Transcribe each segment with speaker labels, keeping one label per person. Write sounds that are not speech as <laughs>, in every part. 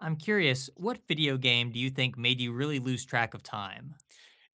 Speaker 1: I'm curious, what video game do you think made you really lose track of time?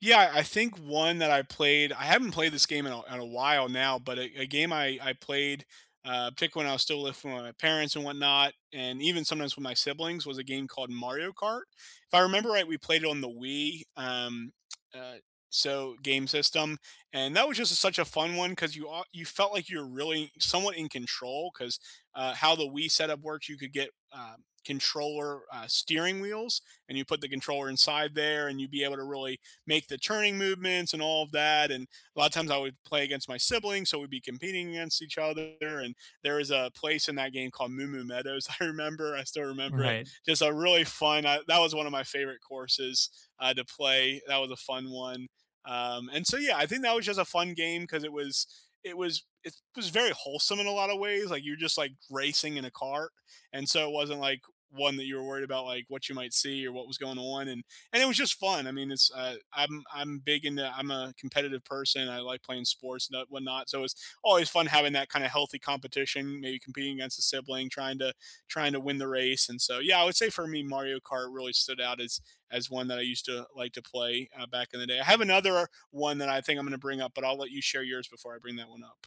Speaker 2: Yeah, I think one that I played I haven't played this game in a while now, but a game I played, particularly when I was still living with my parents and whatnot, and even sometimes with my siblings, was a game called Mario Kart. If I remember right, we played it on the Wii. Um, uh, so game system, and that was just such a fun one because you felt like you are really somewhat in control because how the Wii setup works, you could get controller steering wheels, and you put the controller inside there, and you'd be able to really make the turning movements and all of that. And a lot of times I would play against my siblings, so we'd be competing against each other. And there was a place in that game called Moo Moo Meadows. <laughs> I remember, I still remember it.
Speaker 1: Right.
Speaker 2: Just a really fun. That was one of my favorite courses to play. That was a fun one. And so yeah, I think that was just a fun game because it was very wholesome in a lot of ways. Like you're just like racing in a cart, and so it wasn't like one that you were worried about like what you might see or what was going on, and it was just fun. I mean, it's I'm big into I'm a competitive person. I like playing sports and whatnot. So it's always fun having that kind of healthy competition. Maybe competing against a sibling, trying to win the race. And so yeah, I would say for me, Mario Kart really stood out as one that I used to like to play back in the day. I have another one that I think I'm going to bring up, but I'll let you share yours before I bring that one up.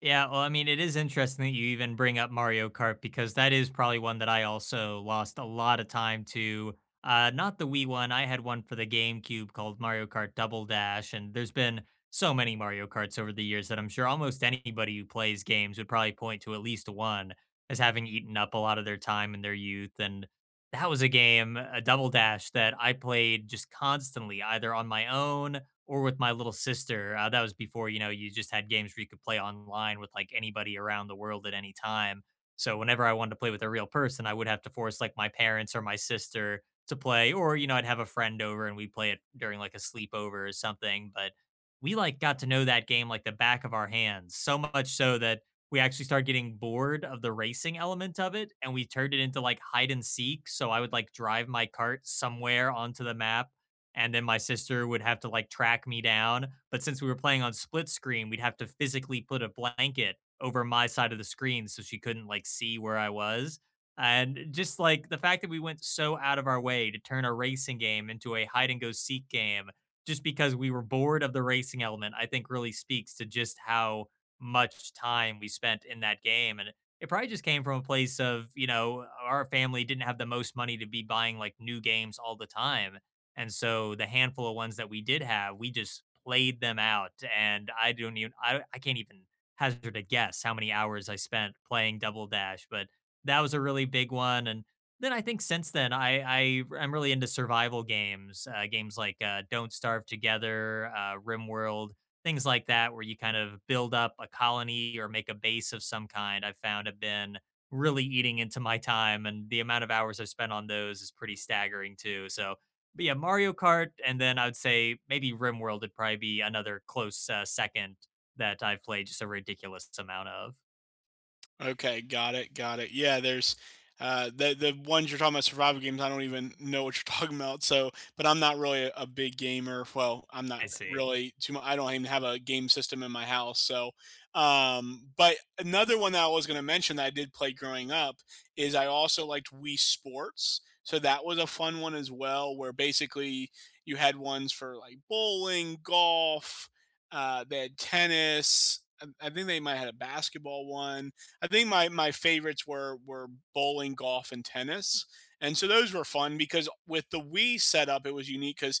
Speaker 1: Yeah, well, I mean, it is interesting that you even bring up Mario Kart because that is probably one that I also lost a lot of time to. Not the Wii one. I had one for the GameCube called Mario Kart Double Dash, and there's been so many Mario Karts over the years that I'm sure almost anybody who plays games would probably point to at least one as having eaten up a lot of their time in their youth. And that was a game, a Double Dash, that I played just constantly, either on my own or with my little sister. That was before, you know, you just had games where you could play online with like anybody around the world at any time. So whenever I wanted to play with a real person, I would have to force like my parents or my sister to play, or you know, I'd have a friend over and we'd play it during like a sleepover or something. But we like got to know that game like the back of our hands, so much so that we actually started getting bored of the racing element of it and we turned it into like hide and seek. So I would like drive my cart somewhere onto the map and then my sister would have to like track me down. But since we were playing on split screen, we'd have to physically put a blanket over my side of the screen so she couldn't like see where I was. And just like the fact that we went so out of our way to turn a racing game into a hide and go seek game just because we were bored of the racing element, I think really speaks to just how much time we spent in that game. And it probably just came from a place of, you know, our family didn't have the most money to be buying like new games all the time. And so the handful of ones that we did have, we just played them out. And I can't even hazard a guess how many hours I spent playing Double Dash, but that was a really big one. And then I think since then, I'm really into survival games, games like Don't Starve Together, RimWorld, things like that, where you kind of build up a colony or make a base of some kind. I found have been really eating into my time, and the amount of hours I've spent on those is pretty staggering too. So but yeah, Mario Kart, and then I would say maybe RimWorld would probably be another close, second that I've played just a ridiculous amount of.
Speaker 2: Okay, got it, got it. Yeah, there's the ones you're talking about survival games. I don't even know what you're <laughs> talking about. So, but I'm not really a big gamer. Well, I'm not
Speaker 1: I see.
Speaker 2: really too much. I don't even have a game system in my house. So, but another one that I was going to mention that I did play growing up is I also liked Wii Sports. So that was a fun one as well, where basically you had ones for like bowling, golf. They had tennis. I think they might have had a basketball one. I think my favorites were bowling, golf, and tennis. And so those were fun because with the Wii setup, it was unique because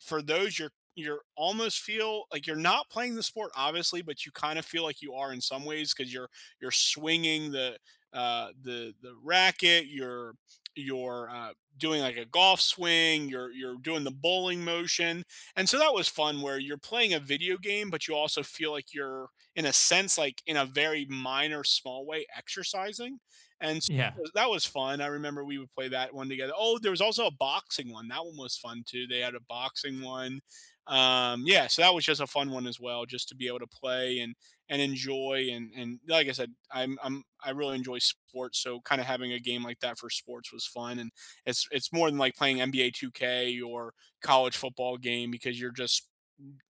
Speaker 2: for those you're almost feel like you're not playing the sport obviously, but you kind of feel like you are in some ways because you're swinging the the racket, you're doing like a golf swing, you're doing the bowling motion. And so that was fun where you're playing a video game but you also feel like you're in a sense, like in a very minor small way, exercising. And
Speaker 1: Yeah.
Speaker 2: that was fun. I remember we would play that one together. Oh, there was also a boxing one. That one was fun too. They had a boxing one. Yeah, so that was just a fun one as well, just to be able to play and enjoy, and like I said, I really enjoy sports, so kind of having a game like that for sports was fun. And it's more than like playing NBA 2K or college football game because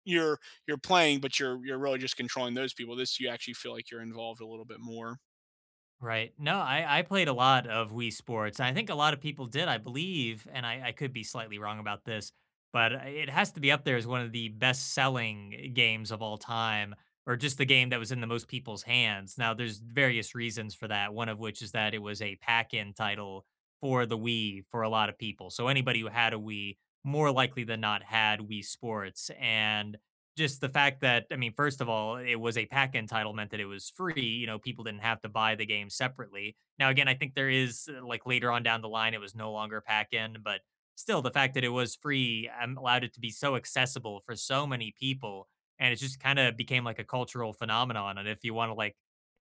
Speaker 2: you're you're playing, but you're really just controlling those people. This you actually feel like you're involved a little bit more.
Speaker 1: Right. No, I played a lot of Wii Sports. I think a lot of people did, I believe, and I could be slightly wrong about this, but it has to be up there as one of the best selling games of all time, or just the game that was in the most people's hands. Now, there's various reasons for that, one of which is that it was a pack in title for the Wii for a lot of people. So anybody who had a Wii more likely than not had Wii Sports. And just the fact that I mean, first of all, it was a pack-in title meant that it was free. You know, people didn't have to buy the game separately. Now, again, I think there is like later on down the line, it was no longer pack-in, but still, the fact that it was free allowed it to be so accessible for so many people, and it just kind of became like a cultural phenomenon. And if you want to like,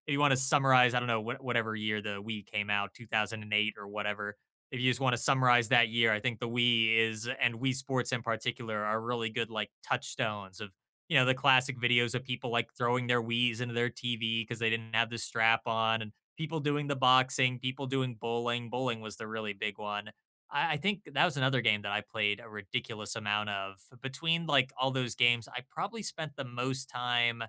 Speaker 1: if you want to summarize, I don't know what whatever year the Wii came out, 2008 or whatever. If you just want to summarize that year, I think the Wii is and Wii Sports in particular are really good like touchstones of you know, the classic videos of people like throwing their Wii's into their TV because they didn't have the strap on, and people doing the boxing, people doing bowling. Bowling was the really big one. I think that was another game that I played a ridiculous amount of. Between like all those games, I probably spent the most time.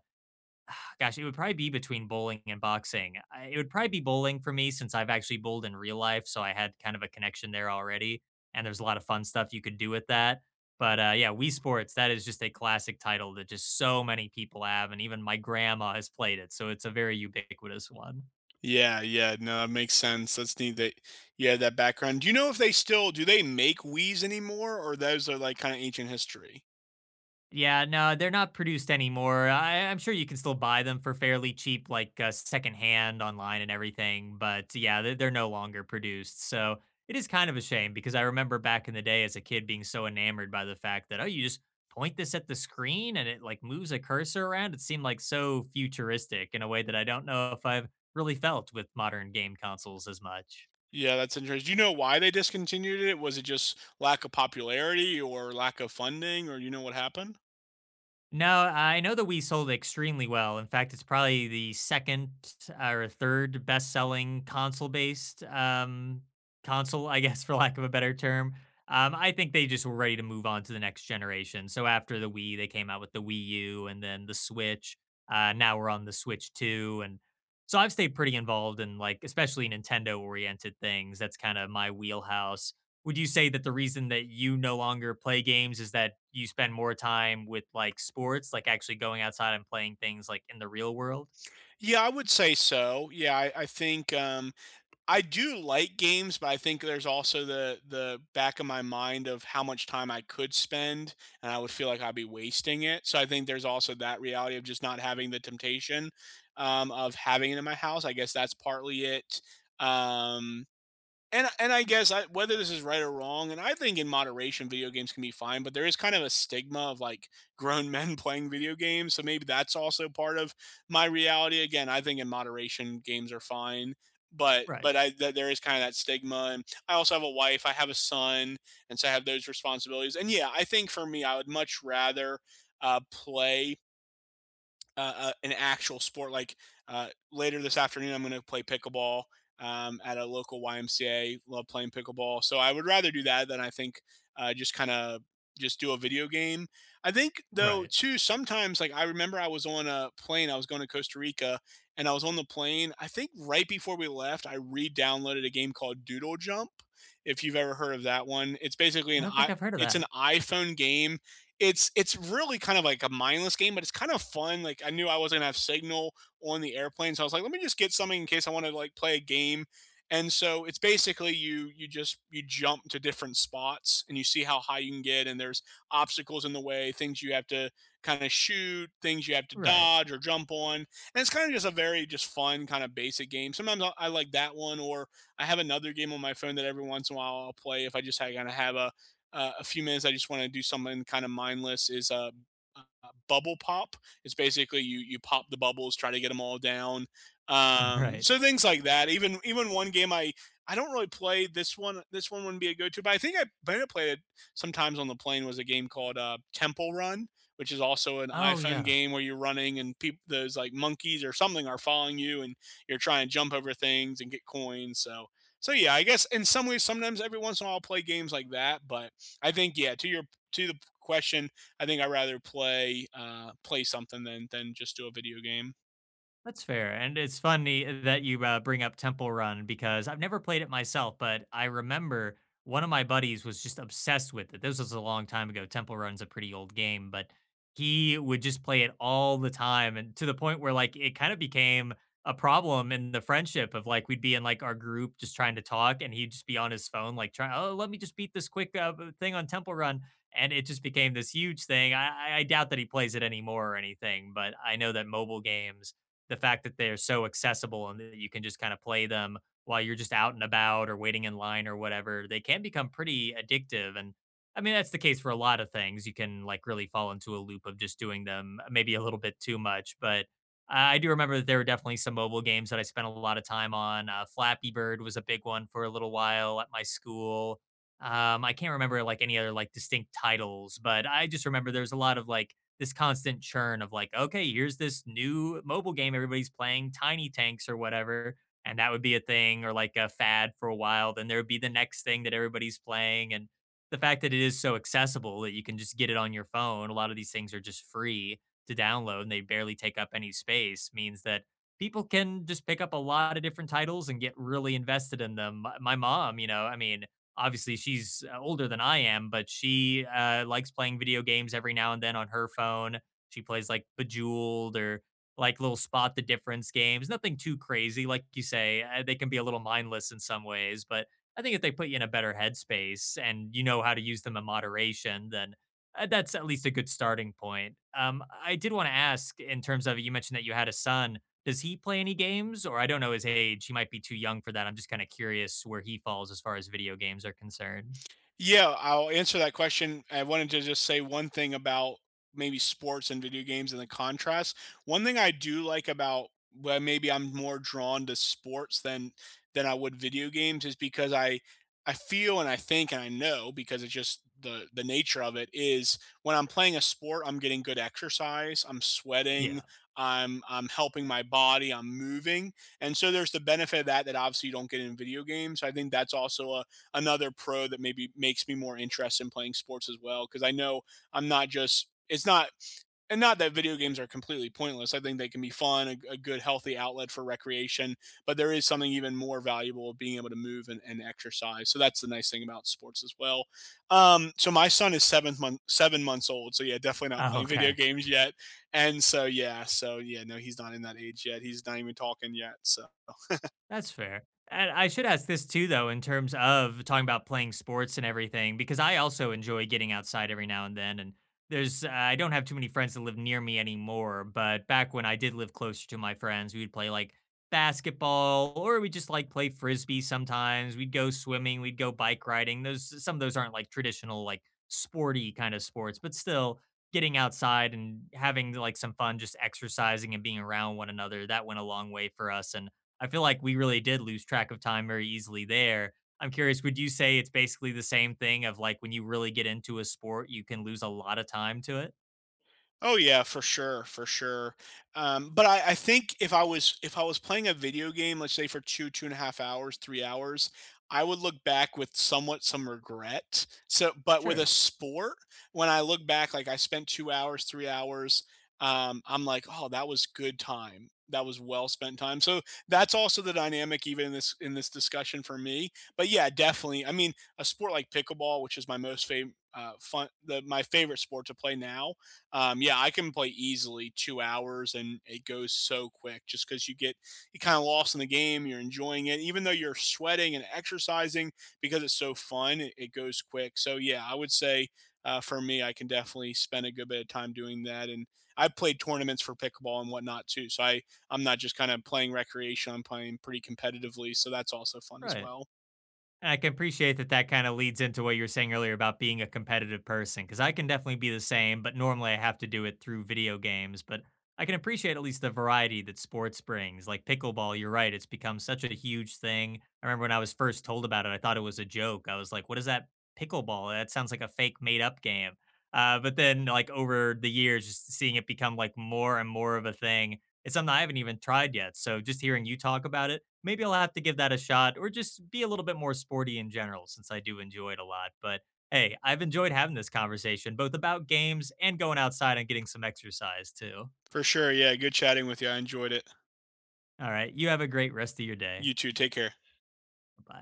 Speaker 1: <sighs> Gosh, it would probably be between bowling and boxing. I it would probably be bowling for me since I've actually bowled in real life, so I had kind of a connection there already, and there's a lot of fun stuff you could do with that. But yeah, Wii Sports, that is just a classic title that just so many people have, and even my grandma has played it, so it's a very ubiquitous one.
Speaker 2: Yeah, yeah, no, that makes sense. That's neat that you had that background. Do you know if they still do they make Wii's anymore, or those are like kind of ancient history?
Speaker 1: Yeah, no, they're not produced anymore. I'm sure you can still buy them for fairly cheap, like secondhand online and everything. But yeah, they're no longer produced. So it is kind of a shame because I remember back in the day as a kid being so enamored by the fact that, oh, you just point this at the screen and it like moves a cursor around. It seemed like so futuristic in a way that I don't know if I've really felt with modern game consoles as much.
Speaker 2: Yeah, that's interesting. Do you know why they discontinued it? Was it just lack of popularity or lack of funding, or you know what happened?
Speaker 1: No, I know that we sold extremely well. In fact, it's probably the second or third best-selling console-based console, I guess, <laughs> for lack of a better term. I think they just were ready to move on to the next generation. So after the Wii, they came out with the Wii U and then the Switch. Now we're on the Switch 2, and so I've stayed pretty involved in like especially Nintendo-oriented things. That's kind of my wheelhouse. Would you say that the reason that you no longer play games is that you spend more time with like sports, like actually going outside and playing things like in the real world?
Speaker 2: Yeah, I would say so. Yeah, I think I do like games, but I think there's also the back of my mind of how much time I could spend, and I would feel like I'd be wasting it. So I think there's also that reality of just not having the temptation of having it in my house. I guess that's partly it. Um, and I guess whether this is right or wrong, and I think in moderation, video games can be fine. But there is kind of a stigma of like grown men <laughs> playing video games, so maybe that's also part of my reality. Again, I think in moderation, games are fine, but
Speaker 1: Right,
Speaker 2: but I th- there is kind of that stigma, and I also have a wife, I have a son, and so I have those responsibilities. And yeah, I think for me, I would much rather play an actual sport. Like later this afternoon, I'm going to play pickleball at a local YMCA. Love playing pickleball, so I would rather do that than I think just kind of just do a video game. I think though
Speaker 1: right.
Speaker 2: too sometimes like I remember I was on a plane. I was going to Costa Rica, and I was on the plane. I think right before we left, I re-downloaded a game called Doodle Jump. If you've ever heard of that one,
Speaker 1: I don't think I've heard of
Speaker 2: it's
Speaker 1: that.
Speaker 2: an iPhone game. It's really kind of like a mindless game, but it's kind of fun. Like I knew I wasn't gonna have signal on the airplane, so I was like, let me just get something in case I want to like play a game. And so it's basically you jump to different spots and you see how high you can get, and there's obstacles in the way, things you have to kind of shoot, things you have to
Speaker 1: Right,
Speaker 2: dodge or jump on. And it's kind of just a very just fun kind of basic game. Sometimes I like that one, or I have another game on my phone that every once in a while I'll play if I just kind of have a few minutes, I just want to do something kind of mindless. Is a Bubble pop. It's basically you pop the bubbles, try to get them all down.
Speaker 1: <laughs> right.
Speaker 2: So things like that. Even even one game I don't really play this one. This one wouldn't be a go-to, but I think I might have played it sometimes on the plane. Was a game called Temple Run, which is also an
Speaker 1: Oh
Speaker 2: iPhone
Speaker 1: yeah.
Speaker 2: game where you're running and people, those like monkeys or something, are following you, and you're trying to jump over things and get coins. So yeah, I guess in some ways, sometimes every once in a while I'll play games like that, but I think yeah. To the question, I think I would rather play something than just do a video game.
Speaker 1: That's fair, and it's funny that you bring up Temple Run because I've never played it myself, but I remember one of my buddies was just obsessed with it. This was a long time ago. Temple Run's a pretty old game, but he would just play it all the time and to the point where, like, it kind of became a problem in the friendship of, like, we'd be in, like, our group just trying to talk, and he'd just be on his phone, like, trying. "Oh, let me just beat this quick, b thing on Temple Run," and it just became this huge thing. I doubt that he plays it anymore or anything, but I know that mobile games the fact that they're so accessible and that you can just kind of play them while you're just out and about or waiting in line or whatever, they can become pretty addictive. And I mean, that's the case for a lot of things. You can like really fall into a loop of just doing them maybe a little bit too much. But I do remember that there were definitely some mobile games that I spent a lot of time on. Flappy Bird was a big one for a little while at my school. I can't remember like any other like distinct titles, but I just remember there was a lot of like this constant churn of like, okay, here's this new mobile game everybody's playing, Tiny Tanks or whatever, and that would be a thing or like a fad for a while. Then there would be the next thing that everybody's playing, and the fact that it is so accessible that you can just get it on your phone. A lot of these things are just free to download and they barely take up any space. Means that people can just pick up a lot of different titles and get really invested in them. My mom, you know, I mean, obviously she's older than I am, but she likes playing video games every now and then on her phone. She plays like Bejeweled or like little spot the difference games. Nothing too crazy, like you say. They can be a little mindless in some ways, but I think if they put you in a better headspace and you know how to use them in moderation, then that's at least a good starting point. I did want to ask in terms of you mentioned that you had a son. Does he play any games? Or I don't know his age, he might be too young for that, I'm just kinda curious where he falls as far as video games are concerned.
Speaker 2: Yeah, I'll answer that question. I wanted to just say one thing about maybe sports and video games and the contrast. One thing I do like about, well, maybe I'm more drawn to sports than I would video games is because I feel and I think and I know because it's just the nature of it is when I'm playing a sport, I'm getting good exercise, I'm sweating,
Speaker 1: Yeah.
Speaker 2: I'm helping my body, I'm moving. And so there's the benefit of that, that obviously you don't get in video games. I think that's also a another pro that maybe makes me more interested in playing sports as well, because I know I'm not just it's not and not that video games are completely pointless. I think they can be fun, a good healthy outlet for recreation, but there is something even more valuable of being able to move and, exercise. So that's the nice thing about sports as well. So my son is 7 months old, so yeah, definitely not
Speaker 1: Oh,
Speaker 2: playing video
Speaker 1: okay.
Speaker 2: games yet. And so yeah, so yeah, no, he's not in that age yet, he's not even talking yet. So,
Speaker 1: That's fair. And I should ask this too, though, in terms of talking about playing sports and everything, because I also enjoy getting outside every now and then. And I don't have too many friends that live near me anymore, but back when I did live closer to my friends, we would play like basketball or we just like play frisbee sometimes. We'd go swimming, we'd go bike riding. Those, some of those aren't like traditional, like sporty kind of sports, but still getting outside and having like some fun, just exercising and being around one another. That went a long way for us. And I feel like we really did lose track of time very easily there. I'm curious, would you say it's basically the same thing of like when you really get into a sport, you can lose a lot of time to it?
Speaker 2: oh yeah, for sure, for sure. But I think if I was playing a video game, let's say for two and a half hours, 3 hours, I would look back with somewhat some regret. So, but with a
Speaker 1: Sure.
Speaker 2: sport, when I look back, like I spent 2 hours, 3 hours, I'm like, oh, that was good time. That was well spent time. So that's also the dynamic, even in this discussion for me. But yeah, definitely. I mean, a sport like pickleball, which is my most favorite, fun, the my favorite sport to play now, yeah, I can play easily 2 hours and it goes so quick just because you get you kind of lost in the game. You're enjoying it, even though you're sweating and exercising, because it's so fun. It goes quick. So yeah, I would say for me, I can definitely spend a good bit of time doing that. And I've played tournaments for pickleball and whatnot too. So I'm not just kind of playing recreation. I'm playing pretty competitively. So that's also fun as
Speaker 1: Right.
Speaker 2: well.
Speaker 1: I can appreciate that that kind of leads into what you were saying earlier about being a competitive person, because I can definitely be the same, but normally I have to do it through video games. But I can appreciate at least the variety that sports brings. Like pickleball, you're right, it's become such a huge thing. I remember when I was first told about it, I thought it was a joke. I was like, what is that pickleball? That sounds like a fake made up game. But then, like, over the years, just seeing it become like more and more of a thing, it's something I haven't even tried yet. So just hearing you talk about it, maybe I'll have to give that a shot or just be a little bit more sporty in general since I do enjoy it a lot. But hey, I've enjoyed having this conversation both about games and going outside and getting some exercise too.
Speaker 2: For sure. Yeah. Good chatting with you. I enjoyed it.
Speaker 1: All right. You have a great rest of your day.
Speaker 2: You too. Take care.
Speaker 1: Bye.